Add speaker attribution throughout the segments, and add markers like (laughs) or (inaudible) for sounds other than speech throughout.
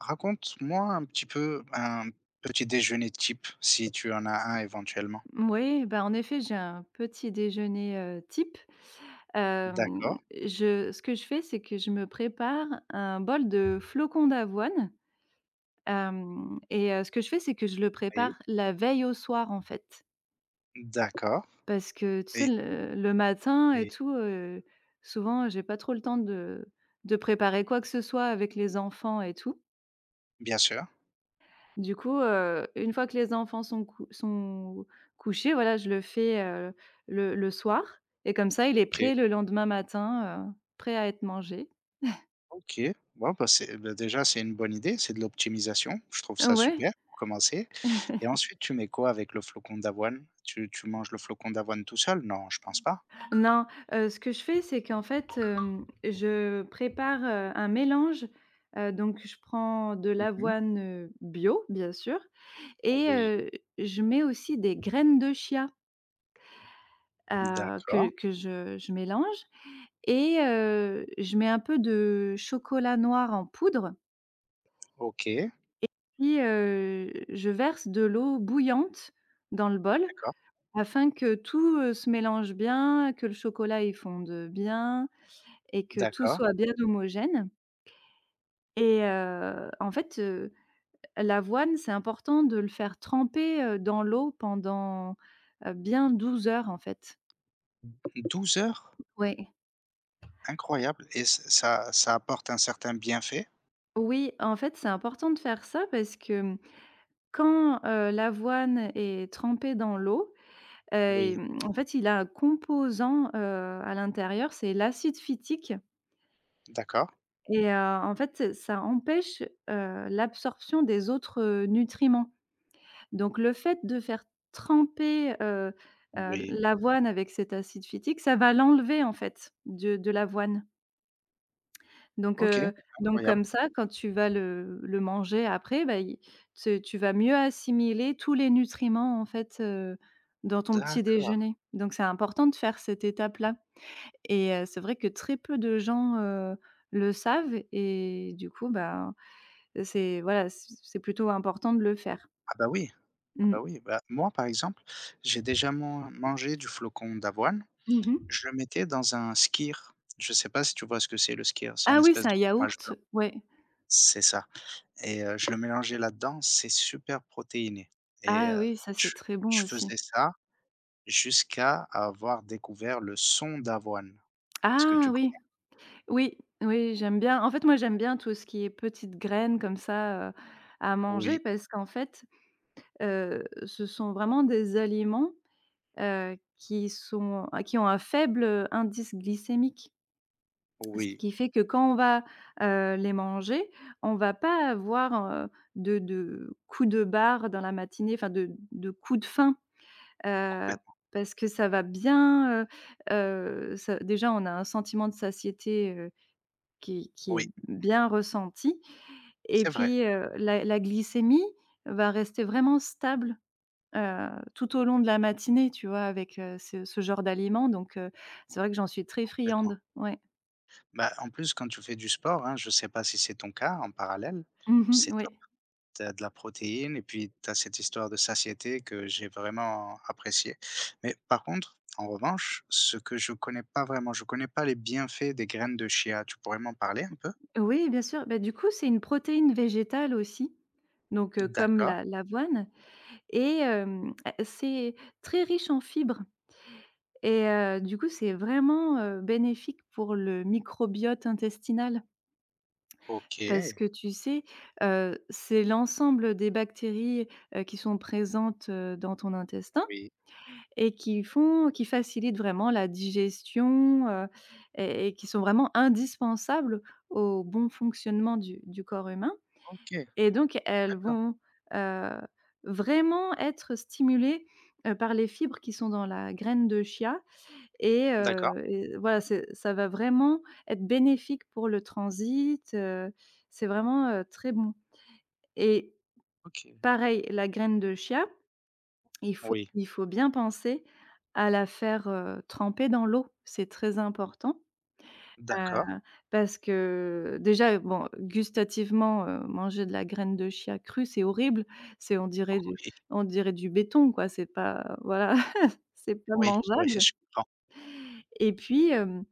Speaker 1: Raconte-moi un petit peu un petit déjeuner type, si tu en as un éventuellement.
Speaker 2: Moui, bah, en effet, j'ai un petit déjeuner type. Hem,
Speaker 1: D'accord,
Speaker 2: je ce que je fais, c'est que je me prépare un bol de flocons d'avoine. Hem et heu, ce que je fais, c'est que je le prépare
Speaker 1: oui,
Speaker 2: la veille au soir, en fait.
Speaker 1: d'accord.
Speaker 2: Parce que tu sais,
Speaker 1: Et
Speaker 2: le matin et
Speaker 1: oui,
Speaker 2: tout, souvent, j'ai pas trop le temps de préparer quoi que ce soit avec les enfants et tout.
Speaker 1: bien sûr.
Speaker 2: Du coup, une fois que les enfants sont couchés, voilà, je le fais, le soir et comme ça, il est
Speaker 1: OK,
Speaker 2: prêt le lendemain matin, prêt à être mangé.
Speaker 1: OK. Bon, bah, c'est bah, déjà, c'est une bonne idée, c'est de l'optimisation, je trouve ça
Speaker 2: Ouais.
Speaker 1: super pour commencer. Et ensuite tu mets quoi avec le flocon d'avoine? Tu manges le flocon d'avoine tout seul? Non, je pense pas.
Speaker 2: Non, ce que je fais, c'est qu'en fait, je prépare, un mélange. Donc je prends de
Speaker 1: Mmh.
Speaker 2: l'avoine, bio, bien sûr. Et
Speaker 1: Oui,
Speaker 2: je mets aussi des graines de chia, que
Speaker 1: d'accord.
Speaker 2: que je mélange. Et je mets un peu de chocolat noir en poudre.
Speaker 1: OK,
Speaker 2: Puis, je verse de l'eau bouillante dans le bol
Speaker 1: d'accord,
Speaker 2: afin que tout, se mélange bien, que le chocolat il fonde bien et que tout
Speaker 1: d'accord.
Speaker 2: soit bien homogène. Et en fait, l'avoine, c'est important de le faire tremper, dans l'eau pendant, bien 12 heures, en fait.
Speaker 1: 12 heures?
Speaker 2: Oui.
Speaker 1: Incroyable. Et ç ça ça apporte un certain bienfait?
Speaker 2: Oui, en fait, c'est important de faire ça parce que, quand, l'avoine est trempée dans l'eau,
Speaker 1: Oui,
Speaker 2: Heu, en fait, il a un composant, à l'intérieur, c'est l'acide phytique.
Speaker 1: d'accord.
Speaker 2: Et en fait, ça empêche, l'absorption des autres, nutriments. Donc le fait de faire tremper,
Speaker 1: Oui,
Speaker 2: l'avoine avec cet acide phytique, ça va l'enlever, en fait, de l'avoine. Donc
Speaker 1: OK,
Speaker 2: heu, donc
Speaker 1: incroyable.
Speaker 2: comme ça, quand tu vas le manger après, bah, il tu tu vas mieux assimiler tous les nutriments, en fait, dans ton petit
Speaker 1: D'accord.
Speaker 2: déjeuner. Donc c'est important de faire cette étape-là. Et c'est vrai que très peu de gens, le savent et du coup, bah, c'est voilà, c'est plutôt important de le faire.
Speaker 1: Ah bah oui, ah
Speaker 2: Mmh.
Speaker 1: bah oui, bah, moi, par exemple, j'ai déjà mangé du flocon d'avoine.
Speaker 2: Mmh.
Speaker 1: Je le mettais dans un skyr. Je sais pas si tu vois ce que c'est le skyr? C'est
Speaker 2: Ah
Speaker 1: une
Speaker 2: oui, c'est
Speaker 1: espèce
Speaker 2: un
Speaker 1: de fromage
Speaker 2: yaourt,
Speaker 1: blanc.
Speaker 2: ouais.
Speaker 1: C'est ça. Et je le mélangeais là-dedans, c'est super protéiné. Et
Speaker 2: Ah oui, ça, c'est
Speaker 1: je
Speaker 2: très bon
Speaker 1: je
Speaker 2: aussi.
Speaker 1: faisais ça jusqu'à avoir découvert le son d'avoine. Est-ce que
Speaker 2: Ah
Speaker 1: tu connais?
Speaker 2: oui, oui, oui, j'aime bien. En fait, moi, j'aime bien tout ce qui est petites graines comme ça, à manger
Speaker 1: Oui,
Speaker 2: parce qu'en fait, ce sont vraiment des aliments, qui ont un faible indice glycémique. Ce
Speaker 1: oui,
Speaker 2: qui fait que quand on va, les manger, on va pas avoir, de coups de barre dans la matinée, enfin de coups de faim, heu,
Speaker 1: complètement.
Speaker 2: parce que ça va bien, ça déjà on a un sentiment de satiété, qui est
Speaker 1: Oui,
Speaker 2: bien ressenti et
Speaker 1: c'est vrai,
Speaker 2: puis, la glycémie va rester vraiment stable, heu, tout au long de la matinée, tu vois? Avec, ce genre d'aliments donc, c'est vrai que j'en suis très
Speaker 1: complètement.
Speaker 2: friande. Ouais.
Speaker 1: Bah, en plus, quand tu fais du sport, hein, je ne sais pas si c'est ton cas en parallèle,
Speaker 2: Mmh,
Speaker 1: c'est
Speaker 2: oui.
Speaker 1: top. Tu as de la protéine et puis tu as cette histoire de satiété que j'ai vraiment appréciée. Mais par contre, en revanche, ce que je connais pas vraiment, je connais pas les bienfaits des graines de chia. Tu pourrais m'en parler un peu?
Speaker 2: Oui, bien sûr. Bah, du coup, c'est une protéine végétale aussi, donc comme
Speaker 1: D'accord.
Speaker 2: la l'avoine. Et hem, e c'est très riche en fibres et du coup, c'est vraiment, bénéfique pour le microbiote intestinal.
Speaker 1: OK.
Speaker 2: Parce que tu sais, c'est l'ensemble des bactéries, qui sont présentes, dans ton intestin
Speaker 1: Oui.
Speaker 2: et qui facilitent vraiment la digestion, et qui sont vraiment indispensables au bon fonctionnement du corps humain.
Speaker 1: OK.
Speaker 2: Et donc elles
Speaker 1: D'accord.
Speaker 2: vont, heu, vraiment être stimulées, par les fibres qui sont dans la graine de chia. et
Speaker 1: D'accord.
Speaker 2: heu et voilà, c'est ça va vraiment être bénéfique pour le transit, c'est vraiment, très bon. Et
Speaker 1: OK.
Speaker 2: pareil, la graine de chia, il faut
Speaker 1: Oui.
Speaker 2: il faut bien penser à la faire, tremper dans l'eau. C'est très important.
Speaker 1: D'accord.
Speaker 2: Heu, parce que déjà, bon, gustativement, manger de la graine de chia crue, c'est horrible. C'est on dirait du
Speaker 1: Oui.
Speaker 2: on dirait du béton, quoi. C'est pas, voilà, (laughs) c'est pas
Speaker 1: Oui. Oui,
Speaker 2: mangeable.
Speaker 1: je comprends.
Speaker 2: Et puis,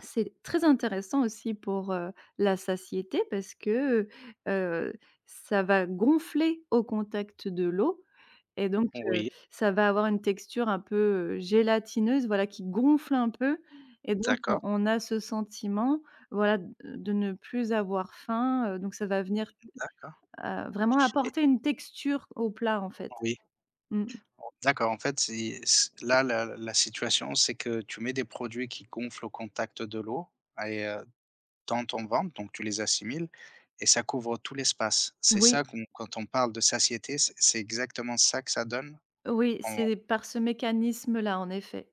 Speaker 2: c'est très intéressant aussi pour, la satiété parce que, heu, ça va gonfler au contact de l'eau et donc,
Speaker 1: Oui.
Speaker 2: ça va avoir une texture un peu, gélatineuse, voilà, qui gonfle un peu et donc on
Speaker 1: D'accord.
Speaker 2: on a ce sentiment, voilà, d de ne plus avoir faim. Donc ça va venir,
Speaker 1: D'accord.
Speaker 2: vraiment
Speaker 1: Et
Speaker 2: apporter une texture au plat, en fait.
Speaker 1: oui.
Speaker 2: Mmh.
Speaker 1: D'accord, en fait, c'est c là, la situation, c'est que tu mets des produits qui gonflent au contact de l'eau et dans ton ventre, donc tu les assimiles et ça couvre tout l'espace. C'est
Speaker 2: Oui,
Speaker 1: ça qu'on quand on parle de satiété, c'est exactement ça que ça donne.
Speaker 2: oui,
Speaker 1: en
Speaker 2: c'est par ce mécanisme-là, en effet.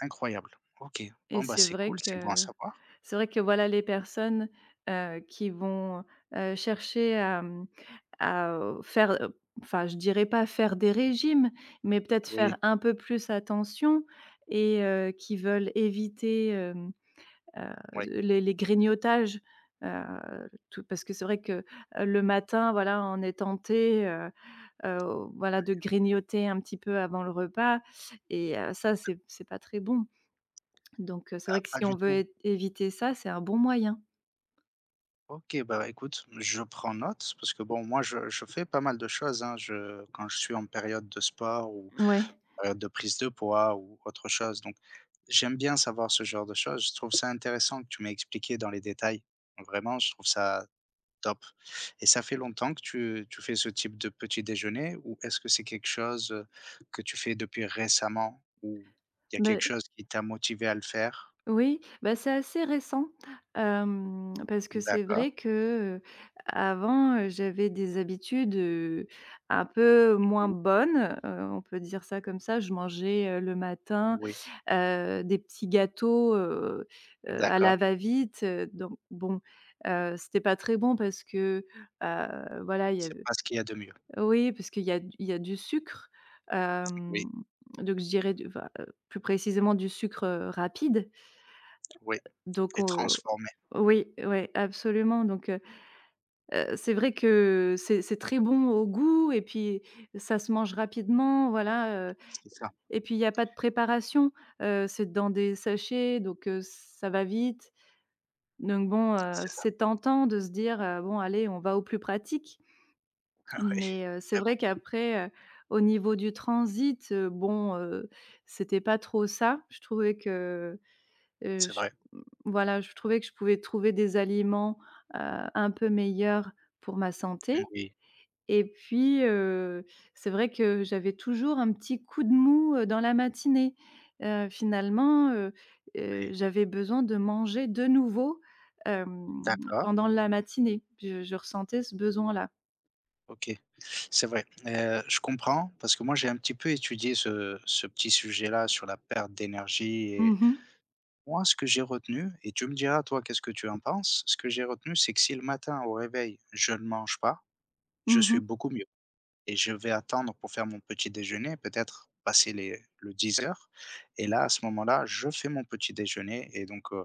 Speaker 1: incroyable. OK,
Speaker 2: Et
Speaker 1: bon, bah,
Speaker 2: c'est
Speaker 1: c'est
Speaker 2: vrai
Speaker 1: cool, c'est bon à
Speaker 2: que
Speaker 1: savoir.
Speaker 2: voilà, les personnes, qui vont, chercher à, faire, enfin, je dirais pas faire des régimes, mais peut-être
Speaker 1: Oui,
Speaker 2: faire un peu plus attention. Et qui veulent éviter, heu,
Speaker 1: oui.
Speaker 2: les grignotages, tout parce que c'est vrai que, le matin, voilà, on est tenté, heu, voilà, de grignoter un petit peu avant le repas. Et ça, c'est pas très bon. Donc c'est
Speaker 1: Ah,
Speaker 2: vrai que
Speaker 1: pas
Speaker 2: si
Speaker 1: du
Speaker 2: on veut
Speaker 1: tout.
Speaker 2: é éviter ça, c'est un bon moyen.
Speaker 1: OK, bah, écoute, je prends note parce que bon, moi, je fais pas mal de choses, hein. Je quand je suis en période de sport ou
Speaker 2: Ouais,
Speaker 1: période de prise de poids ou autre chose, donc j'aime bien savoir ce genre de choses. Je trouve ça intéressant que tu m'aies expliqué dans les détails. Vraiment, je trouve ça top. Et ça fait longtemps que tu fais ce type de petit déjeuner ou est-ce que c'est quelque chose que tu fais depuis récemment ou il y a quelque
Speaker 2: mais...
Speaker 1: chose qui t'a motivé à le faire?
Speaker 2: Oui, bah, c'est assez récent, parce que c'est
Speaker 1: D'accord.
Speaker 2: vrai que, avant, j'avais des habitudes, un peu moins
Speaker 1: Oui,
Speaker 2: bonnes, on peut dire ça comme ça. Je mangeais, le matin,
Speaker 1: oui,
Speaker 2: des petits gâteaux, à la
Speaker 1: d'accord.
Speaker 2: va-vite, donc bon, c'était pas très bon parce que, voilà, il y
Speaker 1: C'est
Speaker 2: avait...
Speaker 1: pas ce qu'il y a de mieux.
Speaker 2: Oui, parce qu'il y a du sucre,
Speaker 1: Oui,
Speaker 2: hem, donc je dirais du enfin, plus précisément du sucre, rapide.
Speaker 1: oui.
Speaker 2: Donc
Speaker 1: Et transformer.
Speaker 2: oui, ouais, absolument. Donc c'est vrai que c'est très bon au goût et puis ça se mange rapidement, voilà,
Speaker 1: C'est ça,
Speaker 2: et puis il y a pas de préparation, c'est dans des sachets, donc ça va vite, donc bon,
Speaker 1: c'est ça.
Speaker 2: c'est tentant de se dire: «Bon allez, on va au plus pratique»,
Speaker 1: (laughs) oui.
Speaker 2: mais c'est
Speaker 1: Mais
Speaker 2: vrai
Speaker 1: bon,
Speaker 2: qu'après, au niveau du transit, bon, c'était pas trop ça. Je trouvais que... Heu,
Speaker 1: c'est
Speaker 2: je
Speaker 1: vrai.
Speaker 2: mmh, voilà, je trouvais que je pouvais trouver des aliments, heu, un peu meilleurs pour ma santé
Speaker 1: Oui,
Speaker 2: et puis, c'est vrai que j'avais toujours un petit coup de mou, dans la matinée. Finalement,
Speaker 1: oui.
Speaker 2: j'avais besoin de manger de nouveau,
Speaker 1: D'accord.
Speaker 2: pendant la matinée. Je ressentais ce besoin-là.
Speaker 1: OK. C'est vrai, je comprends parce que moi, j'ai un petit peu étudié ce petit sujet-là sur la perte d'énergie.
Speaker 2: Mmh
Speaker 1: Et
Speaker 2: mh.
Speaker 1: moi, ce que j'ai retenu et tu me diras toi qu'est-ce que tu en penses? Ce que j'ai retenu, c'est que si le matin au réveil, je ne mange pas, je suis
Speaker 2: Mmh.
Speaker 1: beaucoup mieux et je vais attendre pour faire mon petit déjeuner, peut-être passer les le 10 heures. Et là, à ce moment-là, je fais mon petit déjeuner et donc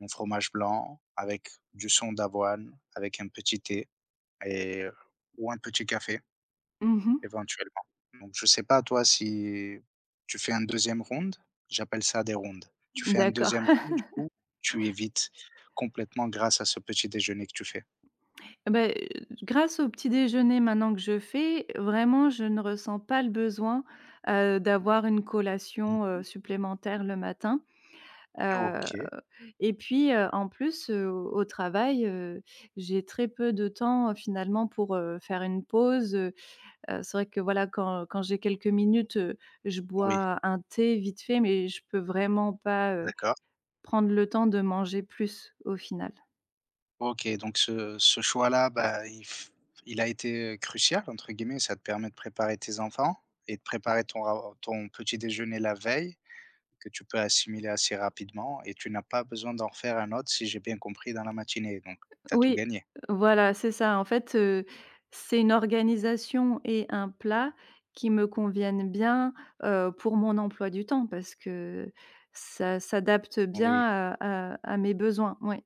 Speaker 1: mon fromage blanc avec du son d'avoine, avec un petit thé et ou un petit café
Speaker 2: Mmh.
Speaker 1: éventuellement. Donc je sais pas toi si tu fais un deuxième e round? J'appelle ça des rondes. Tu fais un
Speaker 2: D'accord.
Speaker 1: deuxième e round du coup, tu évites complètement grâce à ce petit déjeuner que tu fais.
Speaker 2: Ah bah, grâce au petit déjeuner maintenant que je fais, vraiment je ne ressens pas le besoin, d'avoir une collation,
Speaker 1: Mmh.
Speaker 2: supplémentaire le matin, heu
Speaker 1: OK,
Speaker 2: et puis, en plus, au travail, j'ai très peu de temps, finalement pour, faire une pause. C'est vrai que voilà quand j'ai quelques minutes, je
Speaker 1: oui,
Speaker 2: bois un thé vite fait, mais je peux vraiment pas,
Speaker 1: d'accord.
Speaker 2: prendre le temps de manger plus au final.
Speaker 1: OK, donc ce choix-là, bah, il a été, «crucial» entre guillemets, ça te permet de préparer tes enfants et de préparer ton petit déjeuner la veille que tu peux assimiler assez rapidement et tu n'as pas besoin d'en refaire un autre si j'ai bien compris dans la matinée donc tu as tout
Speaker 2: Oui,
Speaker 1: gagné.
Speaker 2: voilà, c'est ça. En fait, c'est une organisation et un plat qui me conviennent bien, pour mon emploi du temps parce que ça s'adapte bien
Speaker 1: Oui.
Speaker 2: à mes besoins, ouais.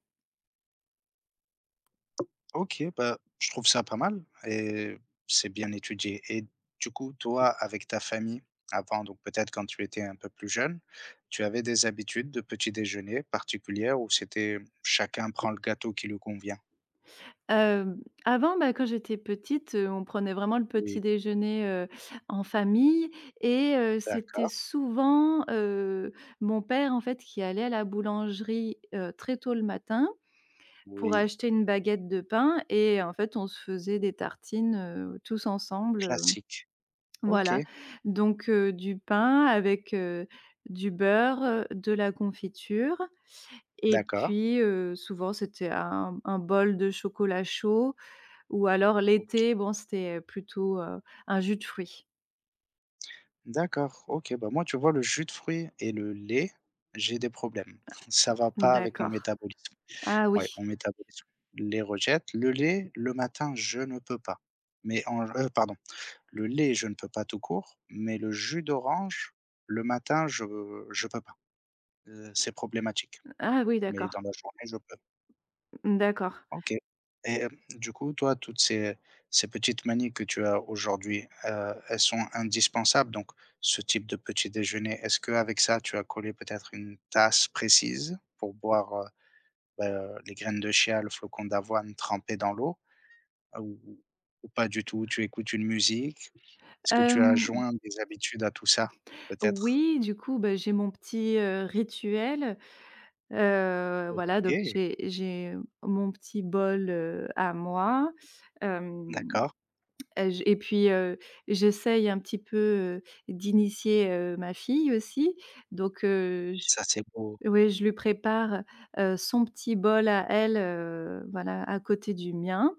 Speaker 1: OK, bah, je trouve ça pas mal et c'est bien étudié. Et du coup, toi, avec ta famille, avant, donc peut-être quand tu étais un peu plus jeune, tu avais des habitudes de petit déjeuner particulières où c'était chacun prend le gâteau qui lui convient?
Speaker 2: Hem, Avant, bah, quand j'étais petite, on prenait vraiment le
Speaker 1: Oui,
Speaker 2: petit déjeuner, en famille. Et c'était
Speaker 1: d'accord,
Speaker 2: souvent, mon père, en fait, qui allait à la boulangerie, très tôt le matin pour
Speaker 1: oui,
Speaker 2: acheter une baguette de pain. Et en fait, on se faisait des tartines, tous ensemble,
Speaker 1: classique.
Speaker 2: voilà.
Speaker 1: OK,
Speaker 2: Donc du pain avec, du beurre, de la confiture et
Speaker 1: d'accord,
Speaker 2: puis, souvent c'était un bol de chocolat chaud ou alors
Speaker 1: OK.
Speaker 2: l'été, bon, c'était, plutôt, un jus de fruits.
Speaker 1: D'accord, OK, bah, moi, tu vois, le jus de fruits et le lait, j'ai des problèmes. (laughs) Ça va pas avec mon
Speaker 2: D'accord.
Speaker 1: métabolisme.
Speaker 2: Ah oui.
Speaker 1: Ouais, mon métabolisme les rejette. Le lait, le matin, je ne peux pas. Mais en pardon, le lait, je ne peux pas tout court, mais le jus d'orange, le matin, je peux pas. C'est problématique,
Speaker 2: Ah oui,
Speaker 1: mais
Speaker 2: d'accord.
Speaker 1: dans la journée, je peux.
Speaker 2: D'accord.
Speaker 1: OK. Et du coup, toi, toutes ces petites manies que tu as aujourd'hui, elles sont indispensables, donc ce type de petit déjeuner, est-ce qu'avec ça, tu as collé peut-être une tasse précise pour boire, bah, les graines de chia, le flocon d'avoine trempé dans l'eau? Ah, ou pas du tout? Tu écoutes une musique? Est-ce que tu as
Speaker 2: Hem,
Speaker 1: joint des habitudes à tout ça, peut-être?
Speaker 2: oui, du coup, bah, j'ai mon petit, rituel. Voilà, donc
Speaker 1: OK,
Speaker 2: j'ai mon petit bol, à moi. Hem,
Speaker 1: d'accord,
Speaker 2: j Et puis, j'essaye un petit peu, d'initier, ma fille aussi. Donc, j
Speaker 1: ça, c'est beau.
Speaker 2: oui, je lui prépare, son petit bol à elle, voilà, à côté du mien.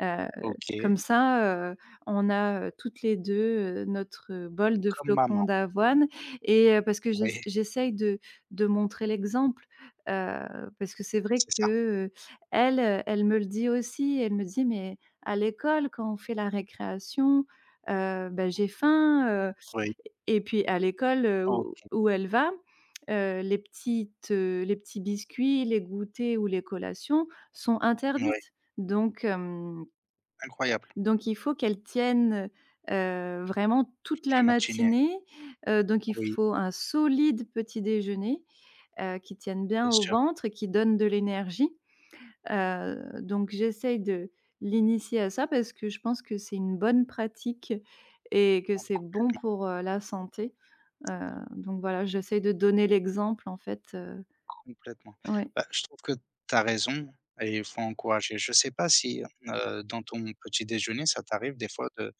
Speaker 2: Heu,
Speaker 1: OK,
Speaker 2: Comme ça, on a, toutes les deux, notre, bol de
Speaker 1: comme
Speaker 2: flocons
Speaker 1: maman.
Speaker 2: d'avoine. Et parce que
Speaker 1: Oui,
Speaker 2: j'essaye de montrer l'exemple, parce que c'est vrai
Speaker 1: c'est ça.
Speaker 2: que, elle, elle me le dit aussi. Elle me dit: «Mais à l'école, quand on fait la récréation, bah, j'ai faim»
Speaker 1: Oui,
Speaker 2: et puis à l'école, où
Speaker 1: OK,
Speaker 2: où elle va, les petits biscuits, les goûters ou les collations sont
Speaker 1: oui,
Speaker 2: interdites. Donc hem
Speaker 1: incroyable.
Speaker 2: donc il faut qu'elles tiennent vraiment toute la
Speaker 1: La matinée,
Speaker 2: matinée. Donc il
Speaker 1: oui,
Speaker 2: faut un solide petit déjeuner, qui tienne
Speaker 1: bien
Speaker 2: bien au
Speaker 1: sûr,
Speaker 2: ventre et qui donne de l'énergie. Donc j'essaye de l'initier à ça parce que je pense que c'est une bonne pratique et que
Speaker 1: ah,
Speaker 2: c'est
Speaker 1: com
Speaker 2: bon pour, la santé. Donc voilà, j'essaye de donner l'exemple en fait,
Speaker 1: complètement.
Speaker 2: ouais.
Speaker 1: Bah, je trouve que tu as raison et il faut encourager. Je ne sais pas si, dans ton petit déjeuner, ça t'arrive des fois de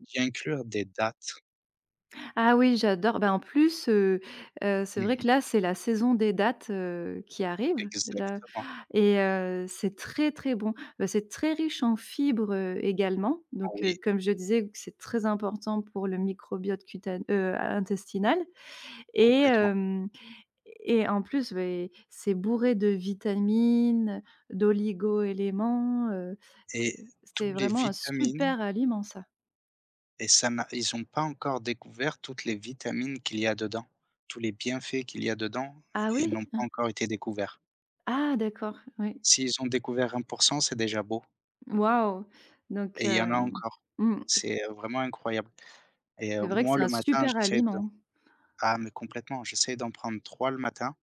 Speaker 1: d'y inclure des dates?
Speaker 2: Ah oui, j'adore. Ben en plus, c'est vrai que
Speaker 1: Mmh
Speaker 2: là, c'est la saison des dattes, qui arrive là.
Speaker 1: exactement,
Speaker 2: Et c'est très, très bon. Bah, c'est très riche en fibres, également. Donc
Speaker 1: oui,
Speaker 2: comme je disais, c'est très important pour le microbiote cutan intestinal. Et
Speaker 1: complètement.
Speaker 2: hem et en plus, beh, c'est bourré de vitamines, d'oligo-éléments, c'est
Speaker 1: Et tous
Speaker 2: c'est
Speaker 1: les
Speaker 2: vraiment un
Speaker 1: vitamines
Speaker 2: super aliment ça.
Speaker 1: et ça n'a ils ont pas encore découvert toutes les vitamines qu'il y a dedans, tous les bienfaits qu'il y a dedans,
Speaker 2: Ah
Speaker 1: ils
Speaker 2: oui?
Speaker 1: n'ont pas
Speaker 2: Hein.
Speaker 1: encore été découverts.
Speaker 2: Ah d'accord, oui.
Speaker 1: S'ils ont découvert 1% c'est déjà beau.
Speaker 2: Waouh! Donc
Speaker 1: Et il y en a encore.
Speaker 2: mmh,
Speaker 1: C'est, vraiment incroyable. Et
Speaker 2: c'est vrai que
Speaker 1: moi
Speaker 2: c'est
Speaker 1: le
Speaker 2: un
Speaker 1: matin,
Speaker 2: super
Speaker 1: j'essaie de
Speaker 2: aliment.
Speaker 1: ah mais complètement, j'essaie d'en prendre 3 le matin.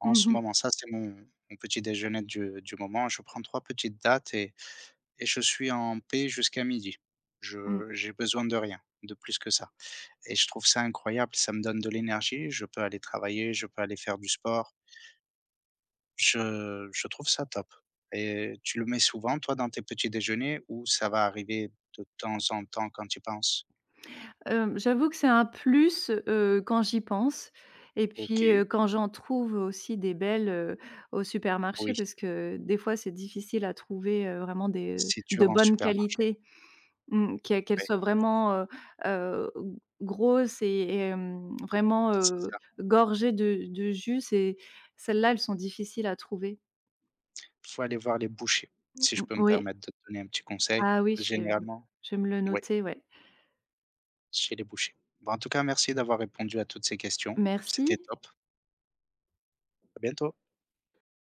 Speaker 1: En ce
Speaker 2: Mmh
Speaker 1: moment, ça c'est mon petit déjeuner du moment. Je prends 3 petites dattes et je suis en paix jusqu'à midi.
Speaker 2: mh, mmh.
Speaker 1: Je j'ai besoin de rien, de plus que ça. Et je trouve ça incroyable. Ça me donne de l'énergie, je peux aller travailler, je peux aller faire du sport. Je trouve ça top. Et tu le mets souvent toi dans tes petits déjeuners ou ça va arriver de temps en temps quand tu penses?
Speaker 2: J'avoue que c'est un plus, quand j'y pense et puis,
Speaker 1: OK,
Speaker 2: quand j'en trouve aussi des belles, au supermarché
Speaker 1: oui,
Speaker 2: parce que des fois c'est difficile à trouver, vraiment
Speaker 1: c'est
Speaker 2: de
Speaker 1: dur en
Speaker 2: bonne
Speaker 1: supermarché,
Speaker 2: qualité. Mmh, qu'elles
Speaker 1: ouais,
Speaker 2: soient vraiment, g grosses et vraiment,
Speaker 1: c'est ça.
Speaker 2: gorgées de jus, c'est celles-là, elles sont difficiles à trouver.
Speaker 1: Faut aller voir les bouchers,
Speaker 2: Mmh,
Speaker 1: si je peux me
Speaker 2: oui.
Speaker 1: permettre de te donner un petit conseil.
Speaker 2: Ah oui, je vais
Speaker 1: Généralement,
Speaker 2: je vais me le
Speaker 1: oui,
Speaker 2: noter, ouais.
Speaker 1: chez les bouchers. Bon, en tout cas, merci d'avoir répondu à toutes ces questions. C'était
Speaker 2: Merci.
Speaker 1: top. À bientôt.